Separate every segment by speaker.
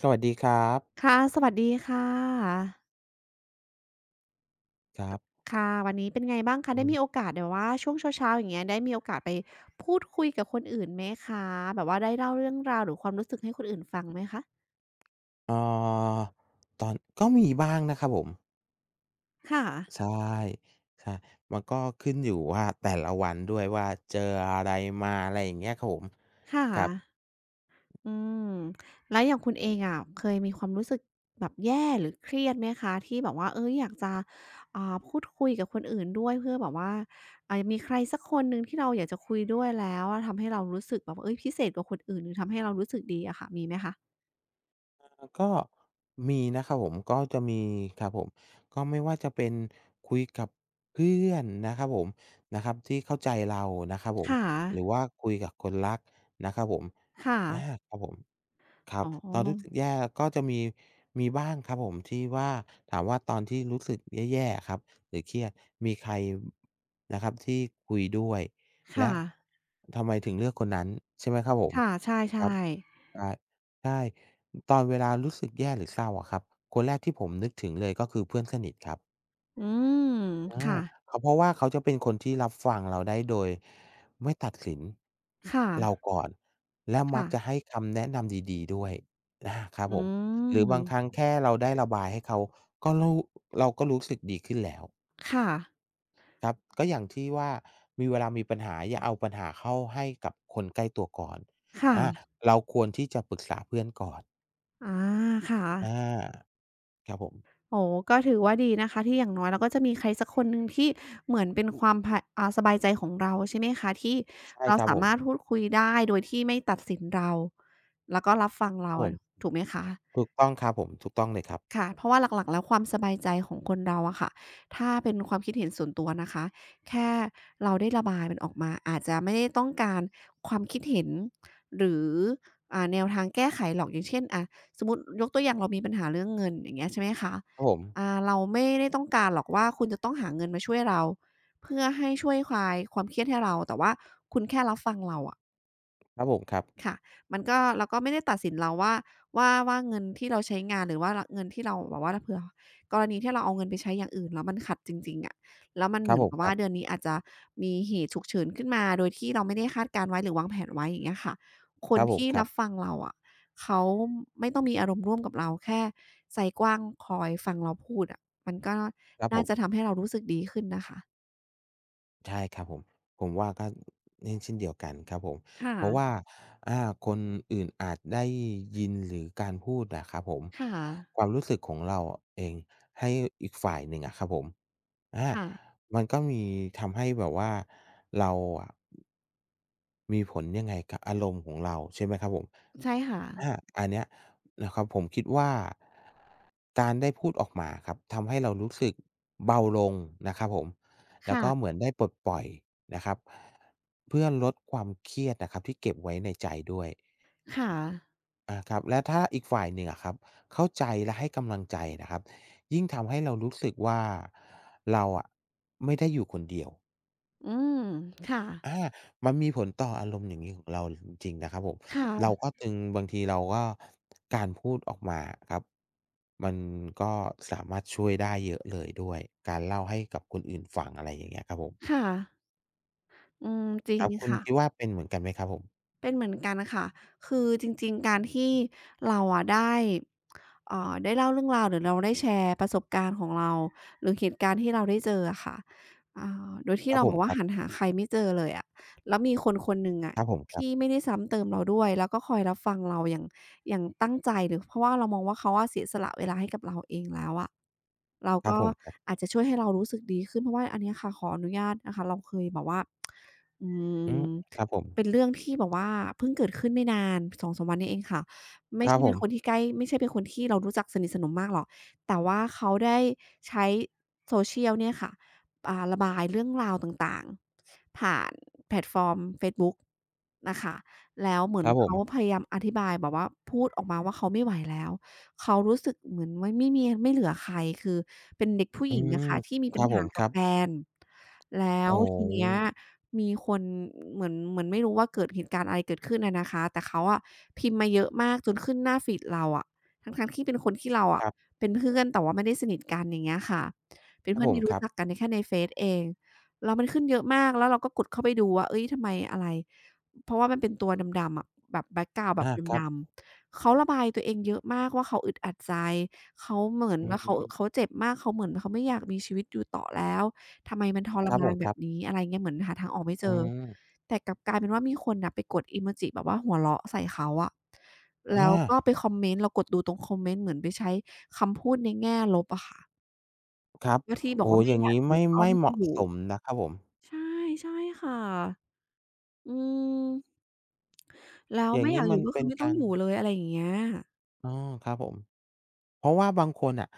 Speaker 1: สวัสดีครับ
Speaker 2: ค่ะ สวัสดีค่ะ
Speaker 1: ครับ
Speaker 2: ค่ะวันนี้เป็นไงบ้างคะ
Speaker 1: อือ
Speaker 2: ได้
Speaker 1: ฮึ
Speaker 2: มีโอกาสแบบว่าช่วงเช้าๆอย่างเงี้ยได้มีโอกาสไปพูดคุยกับคนอื่นไหมคะแบบว่าได้เล่าเรื่องราวหรือความรู้สึกให้คนอื่นฟังไหมคะ
Speaker 1: เอ่อตอนก็มีบ้างนะครับผม
Speaker 2: ค่ะ
Speaker 1: ใช่ใช่มันก็ขึ้นอยู่ว่าแต่ละวันด้วยว่าเจออะไรมาอะไรอย่างเงี้ยครับผม
Speaker 2: ค่ะ
Speaker 1: ครับ
Speaker 2: อืมแล้วอย่างคุณเองอะเคยมีความรู้สึกแบบแย่หรือเครียดไหมคะที่แบบว่าเฮ้ยอยากจะพูดคุยกับคนอื่นด้วยเพื่อแบบว่ามีใครสักคนหนึ่งที่เราอยากจะคุยด้วยแล้วทำให้เรารู้สึกแบบว่าเฮ้ยพิเศษกว่าคนอื่นหรือทำให้เรารู้สึกดีอะค่ะมีไหมคะ
Speaker 1: อาก็มีนะครับผมก็จะมีครับผมก็ไม่ว่าจะเป็นคุยกับเพื่อนนะครับผมนะครับที่เข้าใจเรานะครับผม
Speaker 2: ค่ะ
Speaker 1: หรือว่าคุยกับคนรักนะครับผม
Speaker 2: ค่ะ
Speaker 1: อาครับผมครับ
Speaker 2: อ๋อ
Speaker 1: ตอนรู้สึกแย่ก็จะมีมีบ้างครับผมที่ว่าถามว่าตอนที่รู้สึกแย่ๆอะครับหรือเครียดมีใครนะครับที่คุยด้วย
Speaker 2: ค่ะ
Speaker 1: และทำไมถึงเลือกคนนั้นใช่ไหมครับผม
Speaker 2: ค่ะใช
Speaker 1: ครับ
Speaker 2: ่ๆ
Speaker 1: ใช่ใช่ ตอนเวลารู้สึกแย่หรือเศร้าอะครับคนแรกที่ผมนึกถึงเลยก็คือเพื่อนสนิทครับ
Speaker 2: อืม
Speaker 1: อา
Speaker 2: ค่ะ
Speaker 1: เขาเพราะว่าเขาจะเป็นคนที่รับฟังเราได้โดยไม่ตัดสิน
Speaker 2: ค่ะ
Speaker 1: เราก่อนและมัก
Speaker 2: ค่ะ
Speaker 1: จะให้คำแนะนำดีๆด้วย อาครับ
Speaker 2: อื
Speaker 1: ผมหรือบางครั้ง
Speaker 2: ม
Speaker 1: แค่เราได้ระบายให้เขาก็รู้เราก็รู้สึกดีขึ้นแล้ว
Speaker 2: ค่ะ
Speaker 1: ครับก็อย่างที่ว่ามีเวลามีปัญหาอย่าเอาปัญหาเข้าให้กับคนใกล้ตัวก่อน
Speaker 2: ค่ะ
Speaker 1: อาเราควรที่จะปรึกษาเพื่อนก่อน
Speaker 2: อาค่ะ
Speaker 1: อาครับผม
Speaker 2: โอ้โฮก็ถือว่าดีนะคะที่อย่างน้อยเราก็จะมีใครสักคนหนึ่งที่เหมือนเป็นความพะสบายใจของเราใช่ไหมคะ ที่
Speaker 1: ใช่
Speaker 2: เรา
Speaker 1: ครับ
Speaker 2: สา
Speaker 1: ผม
Speaker 2: มารถพูดคุยได้โดยที่ไม่ตัดสินเรา แล้วก็รับฟัง
Speaker 1: ค
Speaker 2: เรา
Speaker 1: รับผม
Speaker 2: ถูกไหมคะ
Speaker 1: ถูกต้องครับผมถูกต้องเลยครับ
Speaker 2: ค่ะเพราะว่าหลักๆแล้วความสบายใจของคนเราอะค่ะถ้าเป็นความคิดเห็นส่วนตัวนะคะแค่เราได้ระบายมันออกมาอาจจะไม่ได้ต้องการความคิดเห็นหรือแนวทางแก้ไขหรอกอย่างเช่นอะสมมุติยกตัวอย่างเรามีปัญหาเรื่องเงินอย่างเงี้ยใช่ไหมคะ
Speaker 1: ครับผม
Speaker 2: เราไม่ได้ต้องการหรอกว่าคุณจะต้องหาเงินมาช่วยเราเพื่อให้ช่วยคลายความเครียดให้เราแต่ว่าคุณแค่รับฟังเราอะ
Speaker 1: ครับผมครับ
Speaker 2: ค่ะมันก็เราก็ไม่ได้ตัดสินเราว่าว่าเงินที่เราใช้งานหรือว่ารเงินที่เราแบบว่าเผื่อกรณีที่เราเอาเงินไปใช้อย่างอื่นแล้วมันขัดจริงๆอะแล้วมัน
Speaker 1: ค
Speaker 2: เห
Speaker 1: รับ
Speaker 2: มือ
Speaker 1: ผ
Speaker 2: น
Speaker 1: ม
Speaker 2: กับ
Speaker 1: ครั
Speaker 2: ว่าเดือ
Speaker 1: บ
Speaker 2: นนี้อาจจะมีเหตุฉุกเฉินขึ้นมาโดยที่เราไม่ได้คาดการณ์ไว้หรือวางแผนไว้อย่างเงี้ยค่ะค
Speaker 1: ค
Speaker 2: น
Speaker 1: รับผม
Speaker 2: ที่
Speaker 1: ครั
Speaker 2: รับ
Speaker 1: บ
Speaker 2: ฟังเราอะเขาไม่ต้องมีอารมณ์ร่วมกับเราแค่ใจกว้างคอยฟังเราพูดอะมันก็
Speaker 1: ครับผ
Speaker 2: น่าจะ
Speaker 1: ม
Speaker 2: ทำให้เรารู้สึกดีขึ้นนะคะ
Speaker 1: ใช่ครับผมผมว่าก็เน่นเช่นเดียวกันครับผม
Speaker 2: ค่ะ
Speaker 1: เพราะว่าอ่าคนอื่นอาจได้ยินหรือการพูดอะครับผม
Speaker 2: ค่ะ
Speaker 1: ความรู้สึกของเราเองให้อีกฝ่ายหนึ่งอะครับผม อา
Speaker 2: ค่ะ
Speaker 1: มันก็มีทำให้แบบว่าเราอะมีผลยังไงกับอารมณ์ของเราใช่ไหมครับผม
Speaker 2: ใช่ค่ะ
Speaker 1: อาอันเนี้ยนะครับผมคิดว่าการได้พูดออกมาครับทำให้เรารู้สึกเบาลงนะครับผมแล้ว
Speaker 2: ค่ะ
Speaker 1: ก็เหมือนได้ปลดปล่อยนะครับเพื่อลดความเครียดนะครับที่เก็บไว้ในใจด้วย
Speaker 2: ค่ะ
Speaker 1: อาครับและถ้าอีกฝ่ายหนึ่งอะครับเข้าใจและให้กำลังใจนะครับยิ่งทำให้เรารู้สึกว่าเราอะไม่ได้อยู่คนเดียว
Speaker 2: อืมค่ะ
Speaker 1: อามันมีผลต่ออารมณ์อย่างนี้ของเราจริงๆนะครับผม
Speaker 2: ค
Speaker 1: เรา
Speaker 2: ่ะ
Speaker 1: ก็จึงบางทีเราก็การพูดออกมาครับมันก็สามารถช่วยได้เยอะเลยด้วยการเล่าให้กับคนอื่นฟังอะไรอย่างเงี้ยครับผม
Speaker 2: ค่ะอืมจริ
Speaker 1: ค
Speaker 2: ง
Speaker 1: รับคุณ
Speaker 2: ค่ะ
Speaker 1: คิดว่าเป็นเหมือนกันไหมครับผม
Speaker 2: เป็นเหมือนกันค่ะคือจริงๆการที่เราอะได้ได้เล่าเรื่องราวหรือเราได้แชร์ประสบการณ์ของเราหรือเหตุการณ์ที่เราได้เจออะค่ะโดย
Speaker 1: ค
Speaker 2: ที่
Speaker 1: รับ
Speaker 2: เรา
Speaker 1: ผ
Speaker 2: แบ
Speaker 1: ม
Speaker 2: บ
Speaker 1: ค
Speaker 2: ว่า
Speaker 1: รั
Speaker 2: หัน
Speaker 1: บ
Speaker 2: หาใครไม่เจอเลยอะแล้วมีคนคนหนึ่ง
Speaker 1: ค
Speaker 2: อะ
Speaker 1: รับผมครั
Speaker 2: ที่
Speaker 1: บ
Speaker 2: ไม่ได้ซ้ำเติมเราด้วยแล้วก็คอยรับฟังเราอย่างตั้งใจหรือเพราะว่าเรามองว่าเขาอะเสียสละเวลาให้กับเราเองแล้วอะเรา
Speaker 1: ครับ
Speaker 2: ก็
Speaker 1: ผมครับ
Speaker 2: อาจจะช่วยให้เรารู้สึกดีขึ้นเพราะว่าอันเนี้ยค่ะขออนุญาตนะคะเราเคยแบบว่าอืม
Speaker 1: อืมครับผม
Speaker 2: เป็นเรื่องที่แบบว่าเพิ่งเกิดขึ้นไม่นาน2-3วันนี้เองค่ะ
Speaker 1: ค
Speaker 2: ไม่
Speaker 1: รับ
Speaker 2: ใช่
Speaker 1: ผ
Speaker 2: เป็น
Speaker 1: ม
Speaker 2: คนที่ใกล้ไม่ใช่เป็นคนที่เรารู้จักสนิทสนมมากหรอกแต่ว่าเขาได้ใช้ social เนี่ยค่ะระบายเรื่องราวต่างๆผ่านแพลตฟอร์มเฟซบุ๊กนะคะแล้วเหมื
Speaker 1: ค
Speaker 2: อน
Speaker 1: รับผ
Speaker 2: เขา
Speaker 1: ม
Speaker 2: พยายามอธิบายแบบว่าพูดออกมาว่าเขาไม่ไหวแล้วเขารู้สึกเหมือนว่าไม่มีไม่เหลือใครคือเป็นเด็กผู้ห
Speaker 1: อื
Speaker 2: ญิงอะ
Speaker 1: ม
Speaker 2: ค่ะที่มี
Speaker 1: ค
Speaker 2: ปั
Speaker 1: รั
Speaker 2: ญ
Speaker 1: บผ
Speaker 2: หา
Speaker 1: มค
Speaker 2: กับ
Speaker 1: รับ
Speaker 2: แฟนแล้
Speaker 1: โอโ
Speaker 2: วที
Speaker 1: อ
Speaker 2: เนี้ย มีคนเหมือนไม่รู้ว่าเกิดเหตุการณ์อะไรเกิดขึ้นอะนะคะแต่เขาอะพิมพ์มาเยอะมากจนขึ้นหน้าฟีดเราอะทั้งๆที่เป็นคนที่เรา
Speaker 1: ค
Speaker 2: อะ
Speaker 1: รับ
Speaker 2: เป็นเพื่อนแต่ว่าไม่ได้สนิทกันอย่างเงี้ยค่ะเป็น
Speaker 1: ครับ
Speaker 2: เพื่อ
Speaker 1: ผ
Speaker 2: น
Speaker 1: ม
Speaker 2: ที่
Speaker 1: ค
Speaker 2: รู้
Speaker 1: รับ
Speaker 2: จักกันในแค่ในเฟซเองแล้วมันขึ้นเยอะมากแล้วเราก็กดเข้าไปดูว่าเฮ้ยทำไมอะไรเพราะว่ามันเป็นตัวดำๆอะแบบแบ็กกราวนด์แบบ
Speaker 1: อาครับ
Speaker 2: ดำๆเขาระบายตัวเองเยอะมากว่าเขาอึดอัดใจเขาเหมือน
Speaker 1: อื
Speaker 2: ว่าเขา
Speaker 1: ม
Speaker 2: เจ็บมากเขาเหมือนเขาไม่อยากมีชีวิตอยู่ต่อแล้ว ทำไมมันทร
Speaker 1: ครับผ
Speaker 2: มาน
Speaker 1: มค
Speaker 2: แบ
Speaker 1: รั
Speaker 2: บ
Speaker 1: บ
Speaker 2: นี้อะไรเงี้ยเหมือนหาทางออกไม่เจ
Speaker 1: อื
Speaker 2: อ
Speaker 1: ม
Speaker 2: แต่กลับกลายเป็นว่ามีคนน่ะไปกดอิโมจิแบบว่าหัวเราะใส่เขาอะแล้ว
Speaker 1: อา
Speaker 2: ก็ไปคอมเมนต์เรากดดูตรงคอมเมนต์เหมือนไปใช้คำพูดในแง่ลบอะค่ะ
Speaker 1: ครับ
Speaker 2: ว่าที่บอก
Speaker 1: โอ้โฮ
Speaker 2: ว่า
Speaker 1: อ
Speaker 2: ไม่
Speaker 1: ย่าง
Speaker 2: อยาก
Speaker 1: งี้
Speaker 2: อยู่
Speaker 1: ไม่
Speaker 2: ก็
Speaker 1: ไม่
Speaker 2: ไม่
Speaker 1: เห
Speaker 2: ต้อง
Speaker 1: มาะ
Speaker 2: อยู่
Speaker 1: สมนะครับผม
Speaker 2: ใช่ใช่ค่ะอืมแล้ว
Speaker 1: อย่าง
Speaker 2: ไม่อ
Speaker 1: งี้
Speaker 2: ยากอ
Speaker 1: มั
Speaker 2: ยู่
Speaker 1: น
Speaker 2: ก็คื
Speaker 1: เป็
Speaker 2: อ
Speaker 1: น
Speaker 2: ไม่ต้อ
Speaker 1: กา
Speaker 2: ง
Speaker 1: ร
Speaker 2: อยู่เลยอะไรอย่างเงี้ย
Speaker 1: อ๋อครับผมเพราะว่าบางคนน่ะ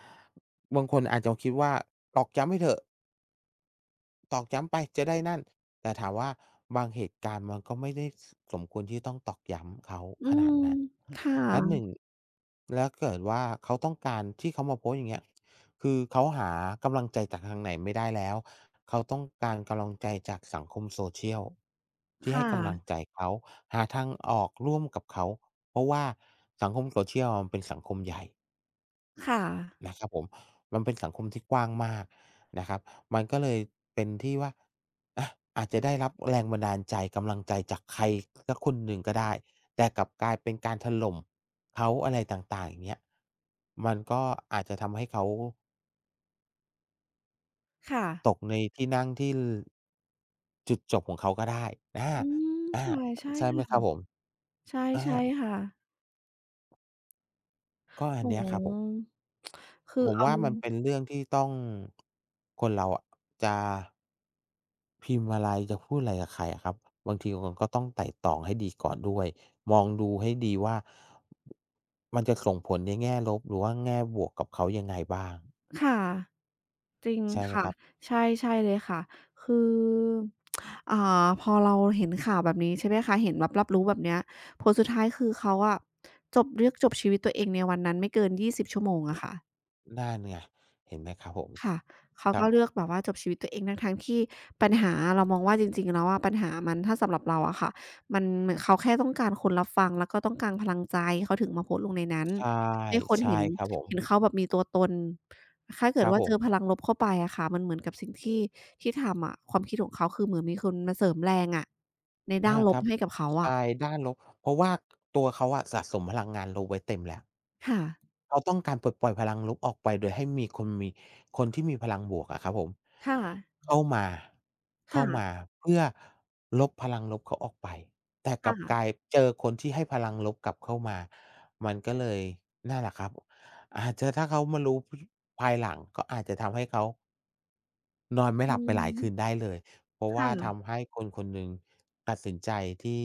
Speaker 1: บางคนอาจจะคิดว่าตอกย้ำไปเถอะ ตอกย้ำไปจะได้นั่น แต่ถามว่าบางเหตุการณ์มันก็ไม่ได้สมควรที่ต้องตอกย้ำเขา
Speaker 2: อื
Speaker 1: ขนาด
Speaker 2: ม
Speaker 1: นั้น
Speaker 2: ค
Speaker 1: และห
Speaker 2: ่ะ
Speaker 1: นึ่งแล้วเกิดว่าเขาต้องการที่เขามาโพสต์อย่างเงี้ยคือเขาหากำลังใจจากทางไหนไม่ได้แล้วเขาต้องการกำลังใจจากสังคม Social ที่ให้
Speaker 2: ค่ะ
Speaker 1: กำลังใจเขาหาทางออกร่วมกับเขาเพราะว่าสังคม Social อะมันเป็นสังคมใหญ่
Speaker 2: ค่ะ
Speaker 1: นะครับผมมันเป็นสังคมที่กว้างมากนะครับมันก็เลยเป็นที่ว่าอาอาจจะได้รับแรงบันดาลใจกำลังใจจากใครสักคนหนึ่งก็ได้แต่กลับกลายเป็นการถล่มเขาอะไรต่างๆอย่างเงี้ยมันก็อาจจะทำให้เขา
Speaker 2: ค่ะ
Speaker 1: ตกในที่นั่งที่ลจุดจบของเขาก็ได้อา
Speaker 2: อืม
Speaker 1: อา
Speaker 2: ค่ะใช่
Speaker 1: ใช่ไหมครับ
Speaker 2: ค่ะ
Speaker 1: ผม
Speaker 2: ใช่
Speaker 1: อา
Speaker 2: ใช่ค่ะ
Speaker 1: ก็อัน
Speaker 2: โอ้
Speaker 1: เนี้
Speaker 2: โ
Speaker 1: ยครับผม
Speaker 2: ฮคื
Speaker 1: ผ
Speaker 2: อ
Speaker 1: ม
Speaker 2: เอา
Speaker 1: ว่ามันเป็นเรื่องที่ต้องคนเราอะจะ พิมพ์อะไรจะพูดอะไรกับใครอะครับบางทีมันก็ต้องไตร่ตรองให้ดีก่อนด้วยมองดูให้ดีว่ามันจะส่งผลในแง่ลบหรือว่าแง่บวกกับเขายังไงบ้าง
Speaker 2: ค่ะจริง
Speaker 1: ใช่ไหมค
Speaker 2: ค่ะ
Speaker 1: รับ
Speaker 2: ใช่ใช่เลยค่ะคืออ่าพอเราเห็นข่าวแบบนี้ใช่ไหมคะเห็นรับรู้แบบเนี้ยผลสุดท้ายคือเขาอะจบเลือกจบชีวิตตัวเองในวันนั้นไม่เกิน20ชั่วโมง
Speaker 1: อ
Speaker 2: อะค่ะ
Speaker 1: นั่นไงเห็นไหมครับผม
Speaker 2: ค่ะเขา
Speaker 1: ครั
Speaker 2: ก็
Speaker 1: บ
Speaker 2: เลือกแบบว่าจบชีวิตตัวเองทั้งๆที่ปัญหาเรามองว่าจริงๆแล้วอะปัญหามันถ้าสำหรับเราอะค่ะมันเหมือนเขาแค่ต้องการคนรับฟังแล้วก็ต้องการพลังใจเขาถึงมาโพสต์ลงในนั้น
Speaker 1: ใช่
Speaker 2: ให้คน
Speaker 1: ใช่
Speaker 2: เห็น
Speaker 1: ครับผ
Speaker 2: เห็น
Speaker 1: ม
Speaker 2: เขาแบบมีตัวตนถ้า
Speaker 1: ค
Speaker 2: เกิด
Speaker 1: รับ
Speaker 2: ว่า
Speaker 1: ผ
Speaker 2: เจอพ
Speaker 1: ม
Speaker 2: ลังลบเข้าไปอะค่ะมันเหมือนกับสิ่งที่ที่ทำอะความคิดของเขาคือเหมือนมีคนมาเสริมแรงอะในด้า
Speaker 1: อา
Speaker 2: นล
Speaker 1: ค
Speaker 2: บ
Speaker 1: รับ
Speaker 2: ให้กับเขา
Speaker 1: ท
Speaker 2: อะ
Speaker 1: รายด้านลบเพราะว่าตัวเขาอะสะสมพลังงานลบไว้เต็มแล้ว
Speaker 2: ค่ะ
Speaker 1: เขาต้องการปลดปล่อยพลังลบออกไปโดยให้มีคนมีคนที่มีพลังบวกอะครับผม
Speaker 2: ค่ะ
Speaker 1: เข้ามาเข้า
Speaker 2: ค่ะ
Speaker 1: มาเพื่อลบพลังลบเขาออกไปแต่กลับกลา
Speaker 2: ค่ะ
Speaker 1: ยเจอคนที่ให้พลังลบกลับเข้ามามันก็เลยนั่นแหละครับอาจจะถ้าเขามารู้พภายหลังก็อาจจะทำให้เขา นอนไม่ห
Speaker 2: อื
Speaker 1: ลับไปหลายคืนได้
Speaker 2: ม
Speaker 1: เลยเพราะ
Speaker 2: ค
Speaker 1: ว่า
Speaker 2: ่ะ
Speaker 1: ทำให้คนคนหนึ่งตัดสินใจที่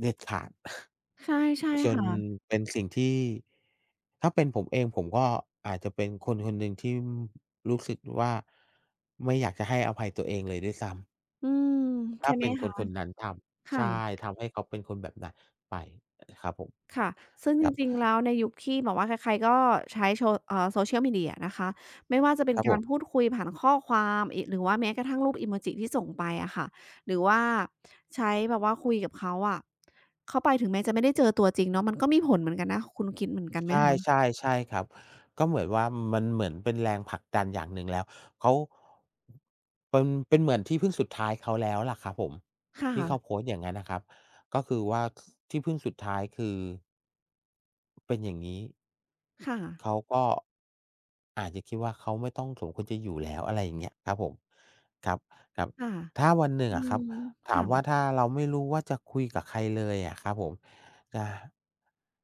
Speaker 1: เด็ดขาด
Speaker 2: ใช่ใช่
Speaker 1: จน
Speaker 2: ค่ะ
Speaker 1: เป็นสิ่งที่ถ้าเป็นผมเองผมก็อาจจะเป็นคนคนหนึ่งที่รู้สึกว่าไม่อยากจะให้อภัยตัวเองเลยด้วยซ้ำ
Speaker 2: อืม
Speaker 1: ถ้า
Speaker 2: ใช่ไหม
Speaker 1: เป็นคน
Speaker 2: คะ
Speaker 1: คนนั้นทำ
Speaker 2: ค่ะ
Speaker 1: ใช่ทำให้เขาเป็นคนแบบนั้นไปครับผม
Speaker 2: ค่ะ ซึ่ง
Speaker 1: ค
Speaker 2: จ
Speaker 1: รับ
Speaker 2: ริงๆ แล้วในยุคที่แบบว่าใครๆ ก็ใช้โชเอ่อ Social Media นะคะ ไม่ว่าจะเป็
Speaker 1: ค
Speaker 2: น
Speaker 1: รับผ
Speaker 2: การพู
Speaker 1: ม
Speaker 2: ดคุยผ่านข้อความอิหรือว่าแม้กระทั่งรูปอิโมจิที่ส่งไปอะค่ะ หรือว่าใช้แบบว่าคุยกับเขาอะเข้าไปถึงแม้จะไม่ได้เจอตัวจริงเนาะมันก็มีผลเหมือนกันนะ คุณคิดเหมือนกันไหม
Speaker 1: ใช่
Speaker 2: คะ
Speaker 1: ใช่ใช่ครับก็เหมือนว่ามันเหมือนเป็นแรงผลักดันอย่างหนึ่งแล้วเขาเป็นเหมือนที่พึ่งสุดท้ายเขาแล้วล่ะครับผมที่เขาโพ
Speaker 2: ค่ะ
Speaker 1: สต์อย่างงั้นน่ะครับก็คือว่าคที่พึ่งสุดท้ายคือเป็นอย่างงี้
Speaker 2: ค่ะ
Speaker 1: เขาก็อาจจะคิดว่าเขาไม่ต้องสมควรจะอยู่แล้วอะไรอย่างเงี้ยครับผมครับครับ
Speaker 2: ค่ะ
Speaker 1: ถ้าวันหนึ่ง
Speaker 2: อื
Speaker 1: อะค
Speaker 2: ม
Speaker 1: รับถาม
Speaker 2: ค่ะ
Speaker 1: ว่าถ้าเราไม่รู้ว่าจะคุยกับใครเลยอะครับผม จะ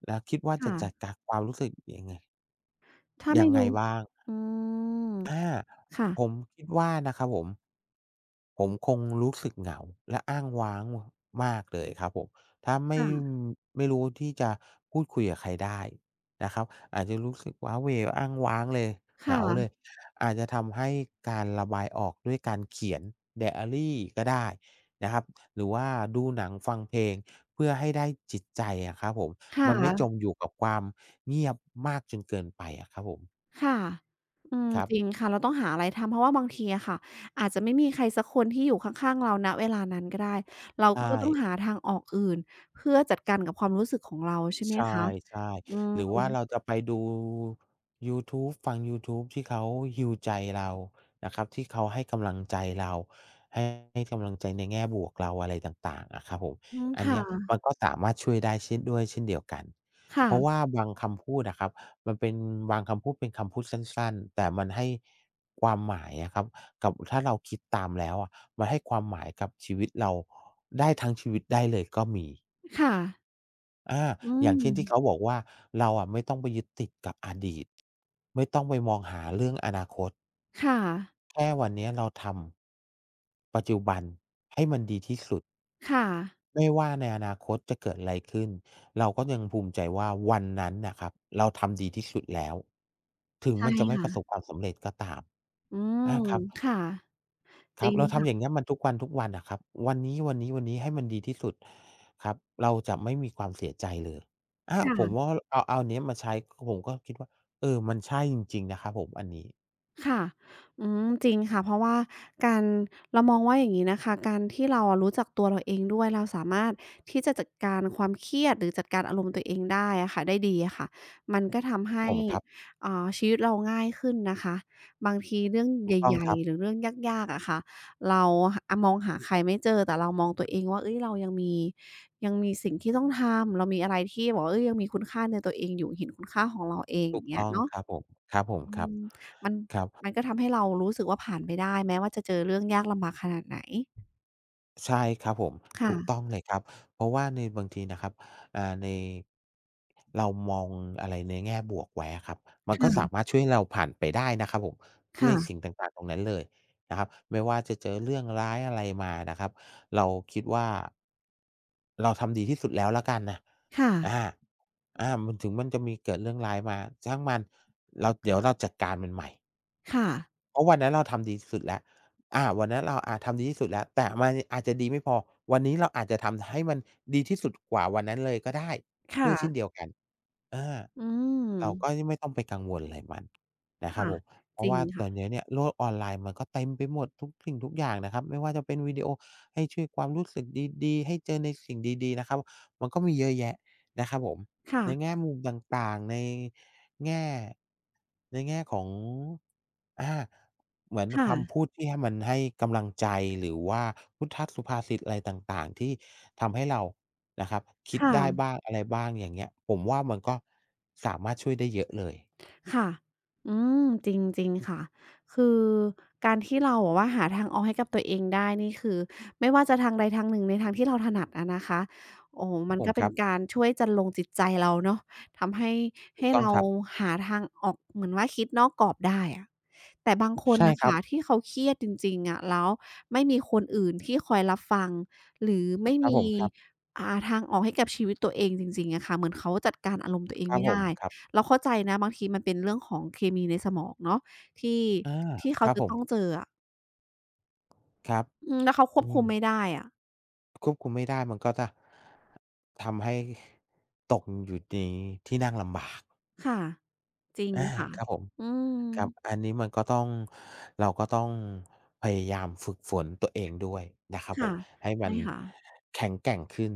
Speaker 1: แล้วคิดว่าจะ
Speaker 2: ค่ะ
Speaker 1: จัดการความรู้สึกยังไง
Speaker 2: ถ้า
Speaker 1: ยั
Speaker 2: ไม่
Speaker 1: งไง
Speaker 2: ดู
Speaker 1: บ้าง
Speaker 2: อืม
Speaker 1: อา
Speaker 2: ค่ะ
Speaker 1: ผมคิดว่านะครับผมผมคงรู้สึกเหงาและอ้างว้างมากเลยครับผมถ้าไม่
Speaker 2: ค่ะ
Speaker 1: ไม่รู้ที่จะพูดคุยกับใครได้นะครับอาจจะรู้สึกว้าเหวอ้างว้างเลย
Speaker 2: ค
Speaker 1: เหงาเลย
Speaker 2: ่ะ
Speaker 1: อาจจะทำให้การระบายออกด้วยการเขียนไดอารีก็ได้นะครับหรือว่าดูหนังฟังเพลงเพื่อให้ได้จิตใจอะครับผม
Speaker 2: ค่ะ
Speaker 1: มันไม่จมอยู่กับความเงียบมากจนเกินไปอะครับผม
Speaker 2: ค่ะ อืม
Speaker 1: ครั
Speaker 2: จริง
Speaker 1: บ
Speaker 2: ค่ะ เราต้องหาอะไรทำ เพราะว่าบางทีอะค่ะ อาจจะไม่มีใครสักคนที่อยู่ข้างๆเราณเวลานั้นก็ได้ เราก็
Speaker 1: ใช่
Speaker 2: ก็ต้องหาทางออกอื่นเพื่อจัดการกับความรู้สึกของเราใช่ไหม
Speaker 1: ใช่
Speaker 2: คะอื
Speaker 1: ๆหรือว่า
Speaker 2: ม
Speaker 1: เราจะไปดูยูทูบฟังยูทูบที่เขาฮีลใจเรานะครับที่เขาให้กำลังใจเราให้ให้กำลังใจในแง่บวกเราอะไรต่างๆอะครับผม
Speaker 2: อืม
Speaker 1: อัน
Speaker 2: ค่ะ
Speaker 1: เนี้ยมันก็สามารถช่วยได้เช่นด้วยเช่นเดียวกันเพราะ
Speaker 2: ค่ะ
Speaker 1: ว่าบางคำพูดอะครับมันเป็นบางคำพูดเป็นคำพูดสั้นๆแต่มันให้ความหมายอะครับกับถ้าเราคิดตามแล้วอะมันให้ความหมายกับชีวิตเราได้ทั้งชีวิตได้เลยก็มี
Speaker 2: ค่ะ
Speaker 1: อา
Speaker 2: อื
Speaker 1: อย่า
Speaker 2: ม
Speaker 1: งเช่นที่เขาบอกว่าเราอะไม่ต้องไปยึดติดกับอดีตไม่ต้องไปมองหาเรื่องอนาคต
Speaker 2: ค่ะ
Speaker 1: แค่วันเนี้ยเราทำปัจจุบันให้มันดีที่สุด
Speaker 2: ค่ะ
Speaker 1: ไม่ว่าในอนาคตจะเกิดอะไรขึ้นเราก็ยังภูมิใจว่าวันนั้นน่ะครับเราทำดีที่สุดแล้วถึง
Speaker 2: ใช่
Speaker 1: มันจะไม่ป
Speaker 2: ค่ะ
Speaker 1: ระสบความสำเร็จก็ตาม
Speaker 2: อืม
Speaker 1: ครับ
Speaker 2: ค่ะ
Speaker 1: ค
Speaker 2: จ
Speaker 1: รั
Speaker 2: ริ
Speaker 1: บ
Speaker 2: ง
Speaker 1: เราทำอ
Speaker 2: ค่ะ
Speaker 1: ย่างเงี้ยมันทุกวันทุกวันอะครับวันนี้วันนี้วันนี้ให้มันดีที่สุดครับเราจะไม่มีความเสียใจเลยผมว่า
Speaker 2: ค่ะ
Speaker 1: เอาเอาอันเนี้ยมาใช้ผมก็คิดว่าเออมันใช่จริงๆนะครับผมอันนี้
Speaker 2: ค่ะอืมจริงค่ะเพราะว่าการเรามองว่าอย่างงี้นะคะการที่เราอะรู้จักตัวเราเองด้วยเราสามารถที่จะจัดการความเครียดหรือจัดการอารมณ์ตัวเองได้อะค่ะได้ดีอะค่ะมันก็ทำให้
Speaker 1: ผมครับ
Speaker 2: ชีวิตเราง่ายขึ้นนะคะบางทีเรื่องใ
Speaker 1: ถูกต้อง
Speaker 2: ห
Speaker 1: ค
Speaker 2: ญ่
Speaker 1: รับ
Speaker 2: ๆหรือเรื่องยากๆอะค่ะเราหอะมองหาใครไม่เจอแต่เรามองตัวเองว่าเฮ้ยเรายังมียังมีสิ่งที่ต้องทำเรามีอะไรที่แบบว่าเฮ้ยยังมีคุณค่าในตัวเองอยู่เห็นคุณค่าของเราเอง
Speaker 1: ถู
Speaker 2: อ
Speaker 1: ก
Speaker 2: ย่างเงี้
Speaker 1: ต้
Speaker 2: ย
Speaker 1: อง
Speaker 2: เนาะ
Speaker 1: ครับผมครับผม
Speaker 2: อื
Speaker 1: ครับ
Speaker 2: มมัน
Speaker 1: ครับ
Speaker 2: มันก็ทำให้เรารู้สึกว่าผ่านไปได้แม้ว่าจะเจอเรื่องยากลำบากขนาดไหน
Speaker 1: ใช่ครับผม
Speaker 2: ค่ะ
Speaker 1: ถูกต้องเลยครับเพราะว่าในบางทีนะครับในเรามองอะไรในแง่บวกไว้อะครับมันก็สา
Speaker 2: ค่ะ
Speaker 1: มารถช่วยเราผ่านไปได้นะครับผมใน
Speaker 2: ค่ะ
Speaker 1: สิ่งต่างๆตรงนั้นเลยนะครับไม่ว่าจะเจอเรื่องร้ายอะไรมานะครับเราคิดว่าเราทำดีที่สุดแล้วแล้วกันนะ
Speaker 2: ค่ะ
Speaker 1: อาอามันถึงมันจะมีเกิดเรื่องร้ายมาช่างมันเราเดี๋ยวเราจัดการมันใหม่
Speaker 2: ค่ะ
Speaker 1: เพราะวันนั้นเราทำดีที่สุดแล้ววันนั้นเราอาจทำดีที่สุดแล้วแต่มันอาจจะดีไม่พอวันนี้เราอาจจะทำให้มันดีที่สุดกว่าวันนั้นเลยก็ได้ด้วยเช่นเดี
Speaker 2: ค่ะ
Speaker 1: ยวกันอา
Speaker 2: อืม
Speaker 1: เราก็ไม่ต้องไปกังวลอะไรมันนะครับ
Speaker 2: ค่ะ
Speaker 1: ผมเพ
Speaker 2: จ
Speaker 1: ราะ
Speaker 2: ริง
Speaker 1: ว่าต
Speaker 2: ค่ะ
Speaker 1: อนนี้เนี่ยโลกออนไลน์มันก็เต็มไปหมดทุกสิ่งทุกอย่างนะครับไม่ว่าจะเป็นวิดีโอให้ช่วยความรู้สึกดีๆให้เจอในสิ่งดีๆนะครับมันก็มีเยอะแยะนะครับผม
Speaker 2: ค่ะ
Speaker 1: ในแง่มุมต่างๆใน แง่ในแง่ของอาเหมือนคำ
Speaker 2: ค่ะ
Speaker 1: พูดที่ให้มันให้กำลังใจหรือว่าพุทธัสสุภาษิตอะไรต่างๆที่ทำให้เรานะครับคิดได้
Speaker 2: ค่ะ
Speaker 1: บ้างอะไรบ้างอย่างเงี้ยผมว่ามันก็สามารถช่วยได้เยอะเลย
Speaker 2: ค่ะอืมจริงจริงค่ะคือการที่เราอะว่าหาทางออกให้กับตัวเองได้นี่คือไม่ว่าจะทางใดทางหนึ่งในทางที่เราถนัดอะนะคะโอ้
Speaker 1: ครั
Speaker 2: มั
Speaker 1: บ
Speaker 2: น
Speaker 1: ผม
Speaker 2: ก็
Speaker 1: ค
Speaker 2: เป็
Speaker 1: รั
Speaker 2: น
Speaker 1: บ
Speaker 2: การช่วยจันลงจิตใจเราเนาะทำให้
Speaker 1: ถูก
Speaker 2: ให้
Speaker 1: ต้อง
Speaker 2: เรา
Speaker 1: ครับ
Speaker 2: หาทางออกเหมือนว่าคิดนอกกรอบได้อะแต่บางคน
Speaker 1: ใช่
Speaker 2: นะ
Speaker 1: ครับ
Speaker 2: คะที่เขาเครียดจริงๆอะแล้วไม่มีคนอื่นที่คอยรับฟังหรือไม่
Speaker 1: ครับผ
Speaker 2: มี
Speaker 1: มครับ
Speaker 2: ทางออกให้กับชีวิตตัวเองจริงๆอะค่ะเหมือนเขาจัดการอารมณ์ตัวเอ
Speaker 1: ค
Speaker 2: ง
Speaker 1: รับ
Speaker 2: ไม่
Speaker 1: ผม
Speaker 2: ได้
Speaker 1: ครับ
Speaker 2: เราเข้าใจนะบางทีมันเป็นเรื่องของเคมีในสมองเนาะที่
Speaker 1: อา
Speaker 2: ที่
Speaker 1: ค
Speaker 2: เขา
Speaker 1: รับ
Speaker 2: จะ
Speaker 1: ผม
Speaker 2: ต้องเจออะ
Speaker 1: ครับ
Speaker 2: อืมแล้วเขาค
Speaker 1: อื
Speaker 2: วบคุ
Speaker 1: ม
Speaker 2: มไม่ได้อะ
Speaker 1: ควบคุมไม่ได้มันก็จะทำให้ตกอยู่ในที่นั่งลำบาก
Speaker 2: ค่ะจริง
Speaker 1: อา
Speaker 2: ค่ะ
Speaker 1: ครับผม
Speaker 2: อืม
Speaker 1: ครับอันนี้มันก็ต้องเราก็ต้องพยายามฝึกฝนตัวเองด้วยนะครับผ
Speaker 2: ค่ะ
Speaker 1: มให้มั
Speaker 2: ใช่
Speaker 1: น
Speaker 2: ค่ะ
Speaker 1: แข็งแกร่งขึ้น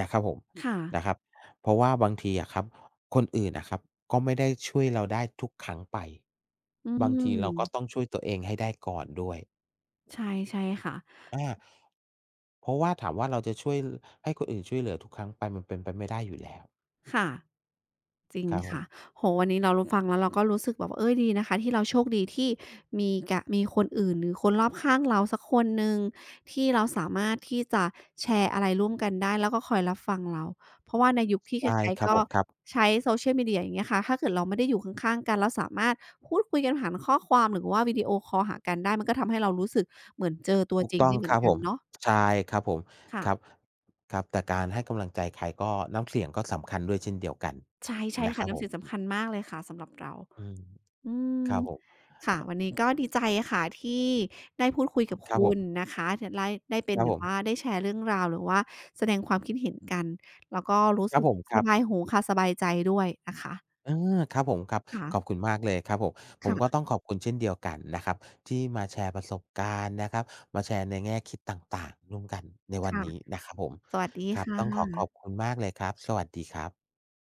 Speaker 1: นะครับผม
Speaker 2: ค่ะ
Speaker 1: นะครับเพราะว่าบางทีอะครับคนอื่นอะครับก็ไม่ได้ช่วยเราได้ทุกครั้งไป
Speaker 2: อื
Speaker 1: บาง
Speaker 2: ม
Speaker 1: ทีเราก็ต้องช่วยตัวเองให้ได้ก่อนด้วย
Speaker 2: ใช่ใช่ค่ะ
Speaker 1: อาเพราะว่าถามว่าเราจะช่วยให้คนอื่นช่วยเหลือทุกครั้งไปมันเป็นไปไม่ได้อยู่แล้ว
Speaker 2: ค่ะ จริง
Speaker 1: ครับผ
Speaker 2: ค่ะ
Speaker 1: ม
Speaker 2: โอ้โฮวันนี้เรารู้ฟังแล้วเราก็รู้สึกแบบว่าเฮ้ยดีนะคะที่เราโชคดีที่มีกะมีคนอื่นหรือคนรอบข้างเราสักคนหนึ่งที่เราสามารถที่จะแชร์อะไรร่วมกันได้แล้วก็คอยรับฟังเราเพราะว่าในยุคที่
Speaker 1: ใช่
Speaker 2: ใคร
Speaker 1: ค
Speaker 2: ๆ
Speaker 1: รับ
Speaker 2: ก็
Speaker 1: ผมครับ
Speaker 2: ใช้ social media อย่างเงี้ยค่ะถ้าเกิดเราไม่ได้อยู่ข้างๆกันแล้วสามารถพูดคุยกันผ่านข้อความหรือว่าวิดีโอคอลหากันได้มันก็ทำให้เรารู้สึกเหมือนเจอตัว
Speaker 1: ถูก
Speaker 2: จริง
Speaker 1: ต้อง
Speaker 2: ได้เหมื
Speaker 1: ค
Speaker 2: อน
Speaker 1: รับ
Speaker 2: กั
Speaker 1: ผ
Speaker 2: น
Speaker 1: ม
Speaker 2: เนาะ
Speaker 1: ใช่ครับผมครับ
Speaker 2: ค่ะ
Speaker 1: ครับแต่การให้กำลังใจใครก็น้ำเสียงก็สำคัญด้วยเช่นเดียวกัน
Speaker 2: ใช่ใช่
Speaker 1: นะค
Speaker 2: ค่ะ
Speaker 1: รับผ
Speaker 2: น้ำเสียง
Speaker 1: ม
Speaker 2: สำคัญมากเลยค่ะสำหรับเรา
Speaker 1: อืม
Speaker 2: อืม
Speaker 1: ครับผม
Speaker 2: ค่ะวันนี้ก็ดีใจค่ะที่ได้พูดคุยกับ
Speaker 1: ครับผ
Speaker 2: คุณ
Speaker 1: ม
Speaker 2: นะคะได้ได้เป็
Speaker 1: ค
Speaker 2: น
Speaker 1: รับ
Speaker 2: แบ
Speaker 1: ผ
Speaker 2: บว่า
Speaker 1: ม
Speaker 2: ได้แชร์เรื่องราวหรือว่าแสดงความคิดเห็นกันแล้วก็รู้
Speaker 1: ครั
Speaker 2: สึ
Speaker 1: บ
Speaker 2: ก
Speaker 1: ผมค
Speaker 2: ส
Speaker 1: รั
Speaker 2: บา
Speaker 1: บ
Speaker 2: ยหูค่ะสบายใจด้วยนะคะ
Speaker 1: เออครับผมครับขอบ
Speaker 2: ค่ะ
Speaker 1: คุณมากเลยครับผมผม
Speaker 2: ค่ะ
Speaker 1: ก็ต้องขอบคุณเช่นเดียวกันนะครับที่มาแชร์ประสบการณ์นะครับมาแชร์ในแง่คิดต่างๆร่วมกันในวัน
Speaker 2: ค่ะ
Speaker 1: นี้นะครับผม
Speaker 2: สวัสดี
Speaker 1: ครั
Speaker 2: ค
Speaker 1: บต้องขอข
Speaker 2: ่ะ
Speaker 1: อบคุณมากเลยครับสวัสดีครับ